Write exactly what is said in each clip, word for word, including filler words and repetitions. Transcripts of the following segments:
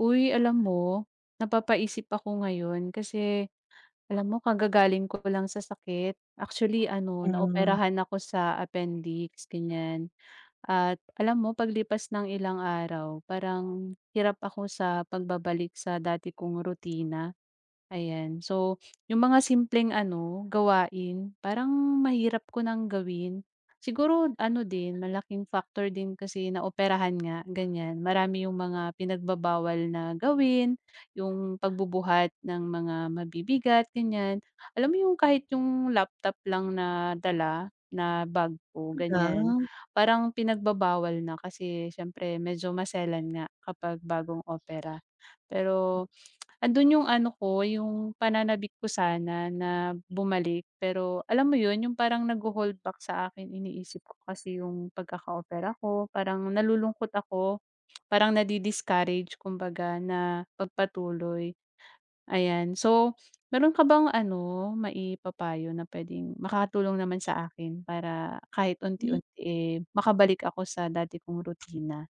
Uy, alam mo, napapaisip ako ngayon kasi alam mo kagagaling ko lang sa sakit. Actually ano, Hmm, naoperahan ako sa appendix, ganyan. At alam mo paglipas ng ilang araw parang hirap ako sa pagbabalik sa dati kong rutina. Ayan. So, yung mga simpleng ano, gawain, parang mahirap ko nang gawin. Siguro ano din, malaking factor din kasi naoperahan nga, ganyan. Marami yung mga pinagbabawal na gawin, yung pagbubuhat ng mga mabibigat, ganyan. Alam mo yung kahit yung laptop lang na dala, na bag ko, talaga? ganyan. Parang pinagbabawal na kasi syempre medyo maselan nga kapag bagong opera. Pero andun yung ano ko, yung pananabik ko sana na bumalik, pero alam mo yun, yung parang nagho-hold back sa akin, iniisip ko kasi yung pagkaka-opera ko, parang nalulungkot ako, parang nadi-discourage kumbaga na pagpatuloy, ayan. So, meron ka bang ano, maipapayo na puwedeng makatulong naman sa akin para kahit Hmm, unti-unti, eh, makabalik ako sa dati kong rutina?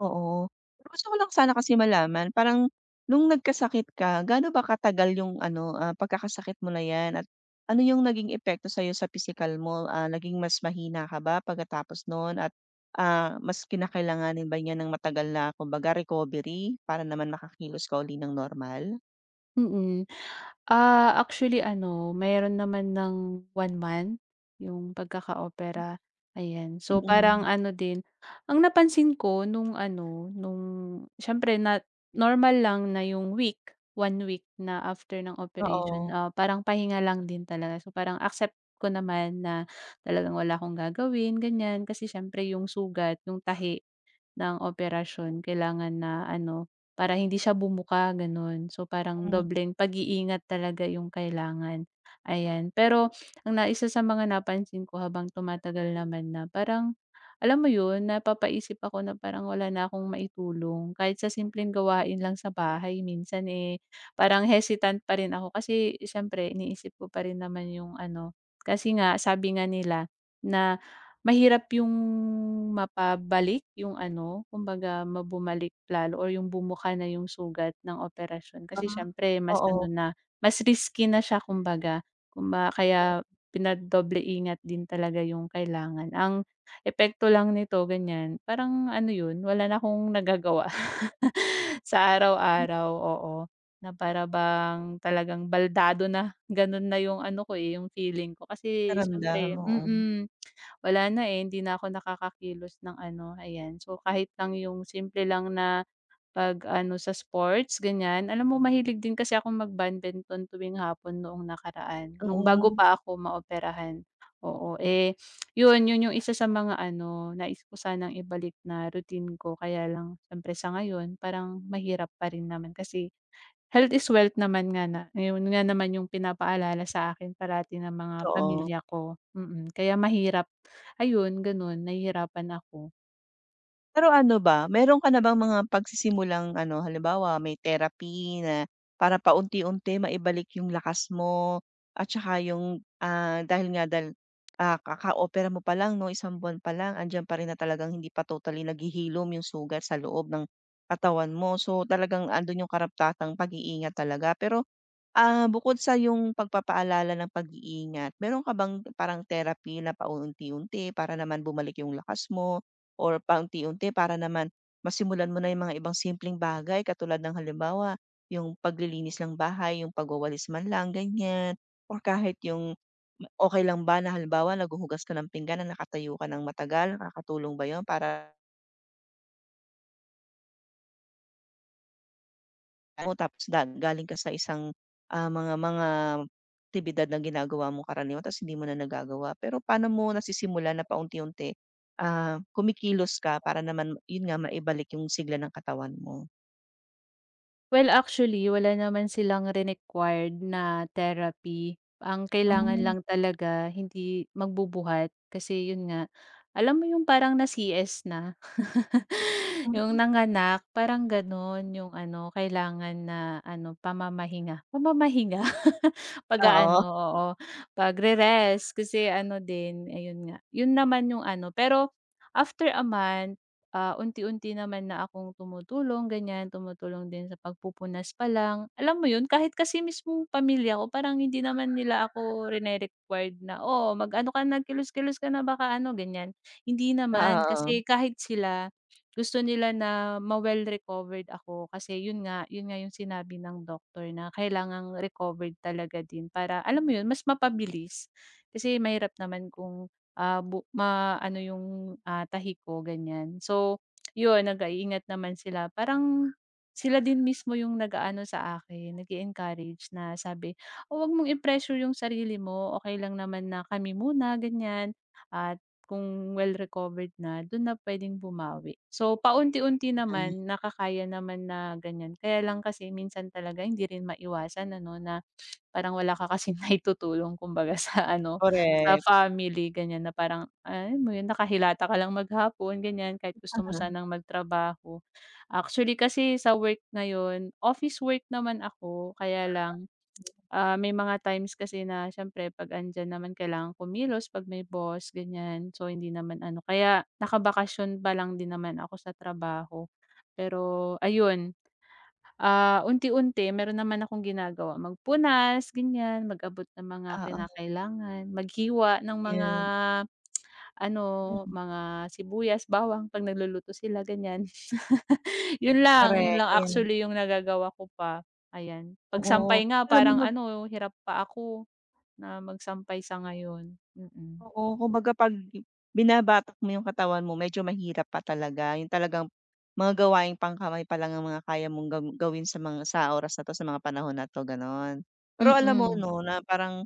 oo. Pero gusto ko lang sana kasi malaman parang nung nagkasakit ka gaano ba katagal yung ano, ah, pagkakasakit mo na 'yan at ano yung naging epekto sa'yo sa pisikal mo? Ah, naging mas mahina ka ba pagkatapos nun at, ah, mas kinakailanganin ba niya ng matagal na kumbaga recovery para naman makakilos ka uli ng normal? Mm. Ah, actually ano, mayroon naman ng one month yung pagkaka-opera, ayan. So, Mm, parang ano din, ang napansin ko nung ano, nung siyempre na normal lang na yung week, one week na after ng operation, oo. ah, parang pahinga lang din talaga. So, parang accept ko naman na talagang wala akong gagawin, ganyan. Kasi siyempre yung sugat, yung tahi ng operasyon kailangan na ano, para hindi siya bumuka gano'n. So, parang Hmm, dobleng pag-iingat talaga yung kailangan, ayan. Pero ang na isa sa mga napansin ko habang tumatagal naman na parang, alam mo yun, napapaisip ako na parang wala na akong maitulong. Kahit sa simpleng gawain lang sa bahay minsan, eh, parang hesitant pa rin ako kasi siyempre iniisip ko pa rin naman yung ano, kasi nga sabi nga nila na mahirap yung mapabalik yung ano, kumbaga ma bumalik lalo or yung bumuka na yung sugat ng operasyon kasi ah, siyempre mas oo. ano na, mas risky na siya kumbaga. Kumba kaya pinadoble ingat din talaga yung kailangan. Ang epekto lang nito ganyan, parang ano yun, wala na akong nagagawa. Sa Hmm, araw-araw, oo. Na para bang talagang baldado na, gano'n na 'yung ano ko, eh, 'yung feeling ko. Kasi siyempre oo. mm, wala na, eh, hindi na ako nakakakilos ng ano, ayan. So, kahit lang 'yung simple lang na pag-ano sa sports, ganyan Alam mo mahilig din kasi akong mag-badminton tuwing hapon noong nakaraan, nung bago Oo, pa ako maoperahan, oo. mm, Eh yun, yun yung isa sa mga ano, nais ko sanang ibalik na routine ko kaya lang siyempre sa ngayon parang mahirap pa rin naman kasi health is wealth naman nga na yun nga naman yung pinapaalala sa akin parati ng mga totoo. pamilya ko, mm. Kaya mahirap, ayun ganun nahihirapan ako. Pero ano ba, meron ka na bang mga pagsisimulang ano, halimbawa may therapy na para paunti-unti maibalik yung lakas mo at saka yung, ah, dahil nga dahil, ah, kakaopera mo pa lang 'no, isang buwan pa lang andiyan pa rin na talagang hindi pa totally naghihilom yung sugat sa loob ng katawan mo. So, talagang andun yung karapatang pag-iingat talaga. Pero Ah, bukod sa yung pagpapaalala ng pag-iingat, meron ka bang parang therapy na paunti-unti para naman bumalik yung lakas mo or paunti-unti para naman masimulan mo na yung mga ibang simpleng bagay katulad ng halimbawa, yung paglilinis ng bahay, yung pagwawalis man lang, ganyan, or kahit yung okay lang ba na halimbawa naghuhugas ka ng pinggan na nakatayo ka ng matagal, nakakatulong ba yun para mo tapos da galing ka sa isang, ah, mga mga aktibidad na ginagawa mo karaniwan tapos hindi mo na nagagawa. Pero paano mo nasisimulan na paunti-unti, ah, kumikilos ka para naman yun nga maibalik yung sigla ng katawan mo? Well, actually wala naman silang re-required na therapy, ang kailangan Ay, lang talaga hindi magbubuhat kasi yun nga, alam mo yung parang na-C S na? Ah, Yung hmm. nanganak parang gano'n yung ano kailangan na ano pamamahinga, pamamahinga Oo, pag-aano, oo, pagre-rest kasi ano din ayun nga, yun naman yung ano. Pero after a month, ah, unti-unti naman na akong tumutulong ganyan, tumutulong din sa pagpupunas pa lang. Alam mo yun kahit kasi mismong pamilya ko parang hindi naman nila ako rine-required na, "Oh, mag-ano ka na, kilos-kilos ka na baka ano," ganyan. Hindi naman oo. kasi kahit sila gusto nila na ma-well recovered ako kasi yun nga, yun nga yung sinabi ng doktor na kailangang recovered talaga din para alam mo yun, mas mapabilis. Kasi mahirap naman kung, ah, bu ma-ano yung, ah, tahi ko ganyan. So, yun nag-iingat naman sila. Parang sila din mismo yung nag-aano sa akin, nag encourage na sabi, "Oh, 'wag mong i-pressure yung sarili mo, okay lang naman na kami muna," ganyan at kung well recovered na, dun na puwedeng bumawi. So, paunti-unti Yan. naman nakakaya naman na ganyan. Kaya lang kasi minsan talaga hindi rin maiwasan ano, na parang wala ka kasing naitutulong kumbaga sa ano, sa Correct. family ganyan na parang, alam mo yun, nakahilata ka lang maghapon ganyan kahit gusto mo Aha. sanang magtrabaho. Actually kasi sa work ngayon, office work naman ako, kaya lang Ah, may mga times kasi na siyempre 'pag andiyan naman kailangan kumilos 'pag may boss, ganyan. So, hindi naman ano kaya nakabakasyon pa lang din naman ako sa trabaho. Pero ayun, ah, unti-unti meron naman akong ginagawa, magpunas, ganyan, mag-abot ng mga Oo, kinakailangan, maghiwa ng mga ayan. ano, Mm, mga sibuyas, bawang 'pag nagluluto sila, ganyan. Yun lang, yun correct, lang ayan. actually yung nagagawa ko pa, ayan. 'Pag Oo, sampay nga pero alam parang mo. ano hirap pa ako na magsampay sa ngayon, mm. Oo, kumbaga 'pag binabatak mo yung katawan mo medyo mahirap pa talaga, yung talagang mga gawaing pangkamay pa lang ang mga kaya mong gaw gawin sa mga sa oras na 'to, sa mga panahon na 'to, gano'n. Pero alam mo Mm, 'no, na parang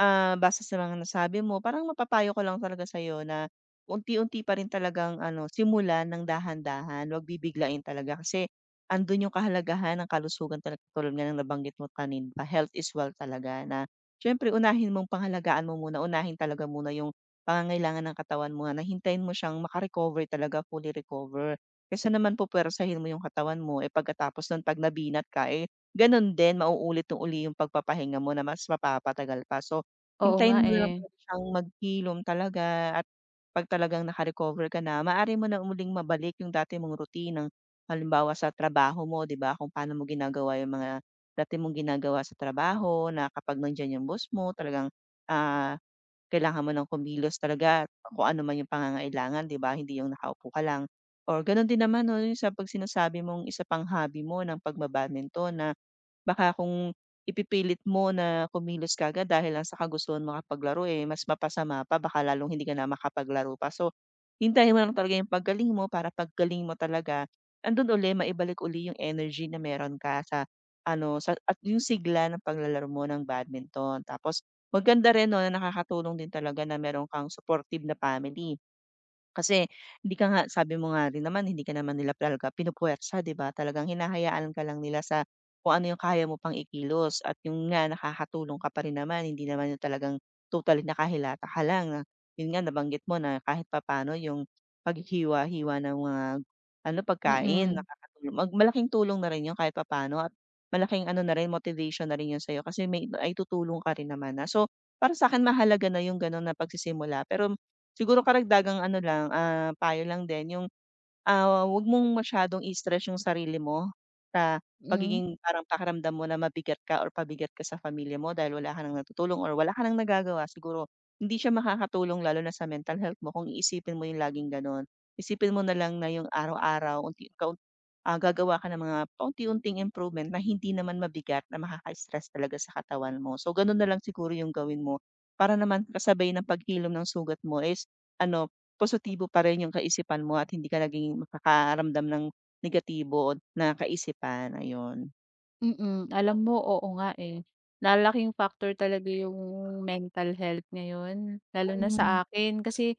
Ah, base sa mga nasabi mo parang mapapayo ko lang talaga sa'yo na unti-unti pa rin talagang ano, simulan ng dahan-dahan, huwag bibiglain talaga kasi andun yung kahalagahan ng kalusugan talaga tulad nga ng nabanggit mo kanin pa health is wealth talaga na siyempre unahin mong pangalagaan mo muna, unahin talaga muna yung pangangailangan ng katawan mo na hintayin mo siyang maka talaga, fully recover. Kesa naman pupuwersahin mo yung katawan mo, eh, pagkatapos nun 'pag nabinat ka, eh, ganun din mauulit uli yung pagpapahinga mo na mas mapapatagal pa. So, oo nga hintayin mo na eh, lang talaga siyang maghilom talaga at 'pag talagang naka-recover ka na, maaari mo na muling mabalik yung dati mong routine ng halimbawa sa trabaho mo, 'di ba, kung paano mo ginagawa yung mga dati mong ginagawa sa trabaho na kapag nandiyan yung boss mo talagang, ah, kailangan mo ng kumilos talaga kung ano man yung pangangailangan, 'di ba, hindi yung nakaupo ka lang. Or gano'n din naman 'no, yung sa 'pag sinasabi mong isa pang hobby mo ng pagba-badminton na baka kung ipipilit mo na kumilos kaagad dahil lang sa kagustuhan makapaglaro, eh, mas mapasama pa baka lalong hindi ka na makapaglaro pa. So, hintayin mo lang talaga yung paggaling mo para paggaling mo talaga andun uli maibalik uli yung energy na meron ka sa ano sa at yung sigla ng paglalaro mo ng badminton. Tapos maganda rin 'no na nakakatulong din talaga na meron kang supportive na family. Kasi hindi ka nga sabi mo nga rin naman hindi ka naman nila talaga pinupuwersa 'di ba? Talagang hinahayaan ka lang nila sa kung ano yung kaya mo pang ikilos at yung nga nakakatulong ka pa rin naman, hindi naman yung talagang totally nakahilata ka lang na yun nga nabanggit mo na kahit papaano yung paghiwa hiwa ng mga ano, pagkain mm, nakakatulong mag malaking tulong na rin yun kahit papaano at malaking ano na rin motivation na rin yun sa'yo kasi may naitutulong ka rin naman na. So, para sa akin mahalaga na yung gano'n na pagsisimula pero siguro karagdagang ano lang, ah, payo lang din, yung ah, wag mong masyadong i-stress yung sarili mo sa hmm. pagiging parang pakiramdam mo na mabigat ka or pabigat ka sa pamilya mo dahil wala ka ng natutulong or wala ka ng nagagawa, siguro hindi siya makakatulong lalo na sa mental health mo kung iisipin mo yung laging gano'n. Isipin mo na lang na yung araw-araw unti kaun ah, gagawa ka ng mga paunti-unting improvement na hindi naman mabigat na makaka-stress talaga sa katawan mo. So, gano'n na lang siguro yung gawin mo para naman kasabay ng paghilom ng sugat mo is ano positibo pa rin yung kaisipan mo at hindi ka naging makakaramdam ng negatibo na kaisipan, ayun. Mm, alam mo, oo nga, eh. Lalaking factor talaga yung mental health ngayon, lalo na Hmm, sa akin. Kasi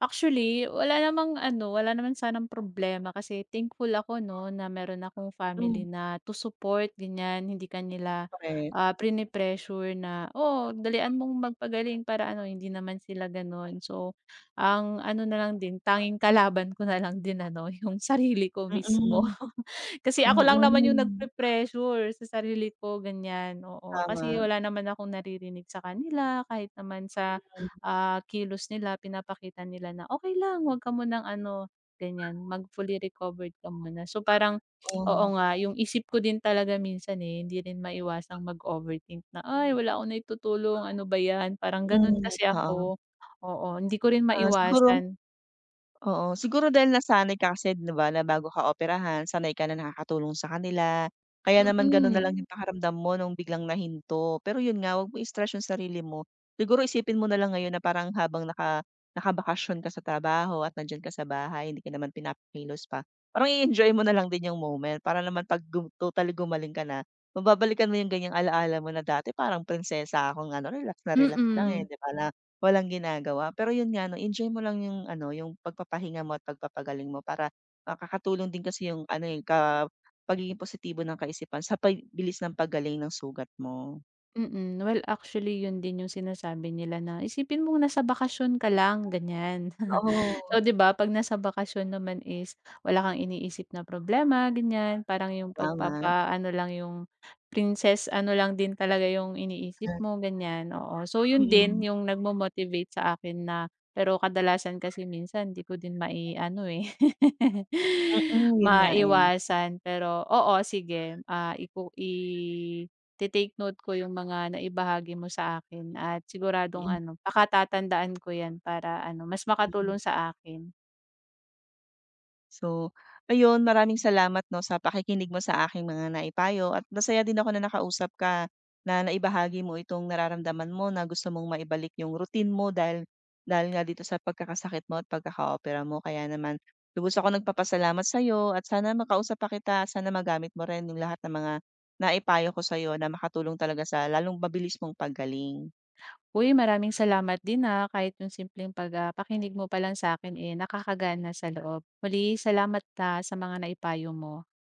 actually, wala namang ano, wala naman sanang problema kasi thankful ako 'no, na meron akong family hmm, na to support, ganyan. Hindi kanila nila, korek. ah, prine-pressure na, "Oh, dalian mong magpagaling para ano." Hindi naman sila gano'n. So, ang ano na lang din, tanging kalaban ko na lang din ano, yung sarili ko mismo. Mm, Kasi ako lang naman yung mm, nagpe-pressure sa sarili ko, ganyan, oo. Kasi tama, wala naman akong naririnig sa kanila kahit naman sa, hmm, ah, kilos nila pinapakita nila na, okay lang, 'wag ka munang ano, ganyan, mag fully recovered ka muna." So, parang oo, oo nga, yung isip ko din talaga minsan, eh, hindi rin maiwasang mag-overthink na, "Ay, wala akong naitutulong, ano ba 'yan?" Parang gano'n hmm, kasi oo. ako, oo. Hindi ko rin Ah, siguro. maiwasan. Oo, siguro dahil nasanay ka kasi 'di ba na bago ka operahan sanay ka na nakakatulong sa kanila, kaya naman gano'n na Mm, lang, hmm, yung pakiramdam mo nung biglang nahinto. Pero yun nga, 'wag mo i-stress yung sarili mo. Siguro isipin mo na lang ngayon na parang habang naka nakabakasyon ka sa trabaho at nandiyan ka sa bahay, hindi ka naman pinapakilos pa, parang i-enjoy mo na lang din yung moment para naman 'pag gum totally gumaling ka na, mababalikan mo yung ganyang ala mo na dati parang prinsesa akong ano, relax na relax lang, eh, mm. 'di ba na walang ginagawa, pero yun nga 'no, enjoy mo lang yung ano, yung pagpapahinga mo at pagpapagaling mo para makakatulong din kasi yung ano, eh, ka pagiging positibo ng kaisipan sa pagbilis ng paggaling ng sugat mo. Mm. Well, actually yun din yung sinasabi nila na isipin mong nasa bakasyon ka lang, ganyan. Oo, So, 'di ba 'pag nasa bakasyon naman is wala kang iniisip na problema, ganyan. Parang yung tama. pagpapa ano lang yung princess ano lang din talaga yung iniisip Ah. mo, ganyan, oo. So, yun din Mm, yung nagmo-motivate sa akin na pero kadalasan kasi minsan 'di ko din mai-ano, eh, mm, yun nga, eh. maiwasan. Pero oo, sige, ah, iku i te note ko yung mga naibahagi mo sa akin at siguradong Mm, ano, pakatatandaan ko yan para ano, mas makatulong mm. sa akin. So, ayun maraming salamat 'no, sa pakikinig mo sa aking mga naipayo at masaya din ako na nakausap ka, na naibahagi mo itong nararamdaman mo na gusto mong maibalik yung routine mo dahil dahil nga dito sa pagkakasakit mo at pagkakaopera mo. Kaya naman lubos akong nagpapasalamat sa'yo at sana makausap pa kita, sana magamit mo rin yung lahat ng mga naipayo ko sa sa'yo na makatulong talaga sa lalong mabilis mong paggaling. Uy, maraming salamat din, ah, kahit yung simpleng pag, ah, pakinig mo pa lang sa akin eh, nakakagaan sa loob. Muli salamat, ah, sa mga naipayo mo.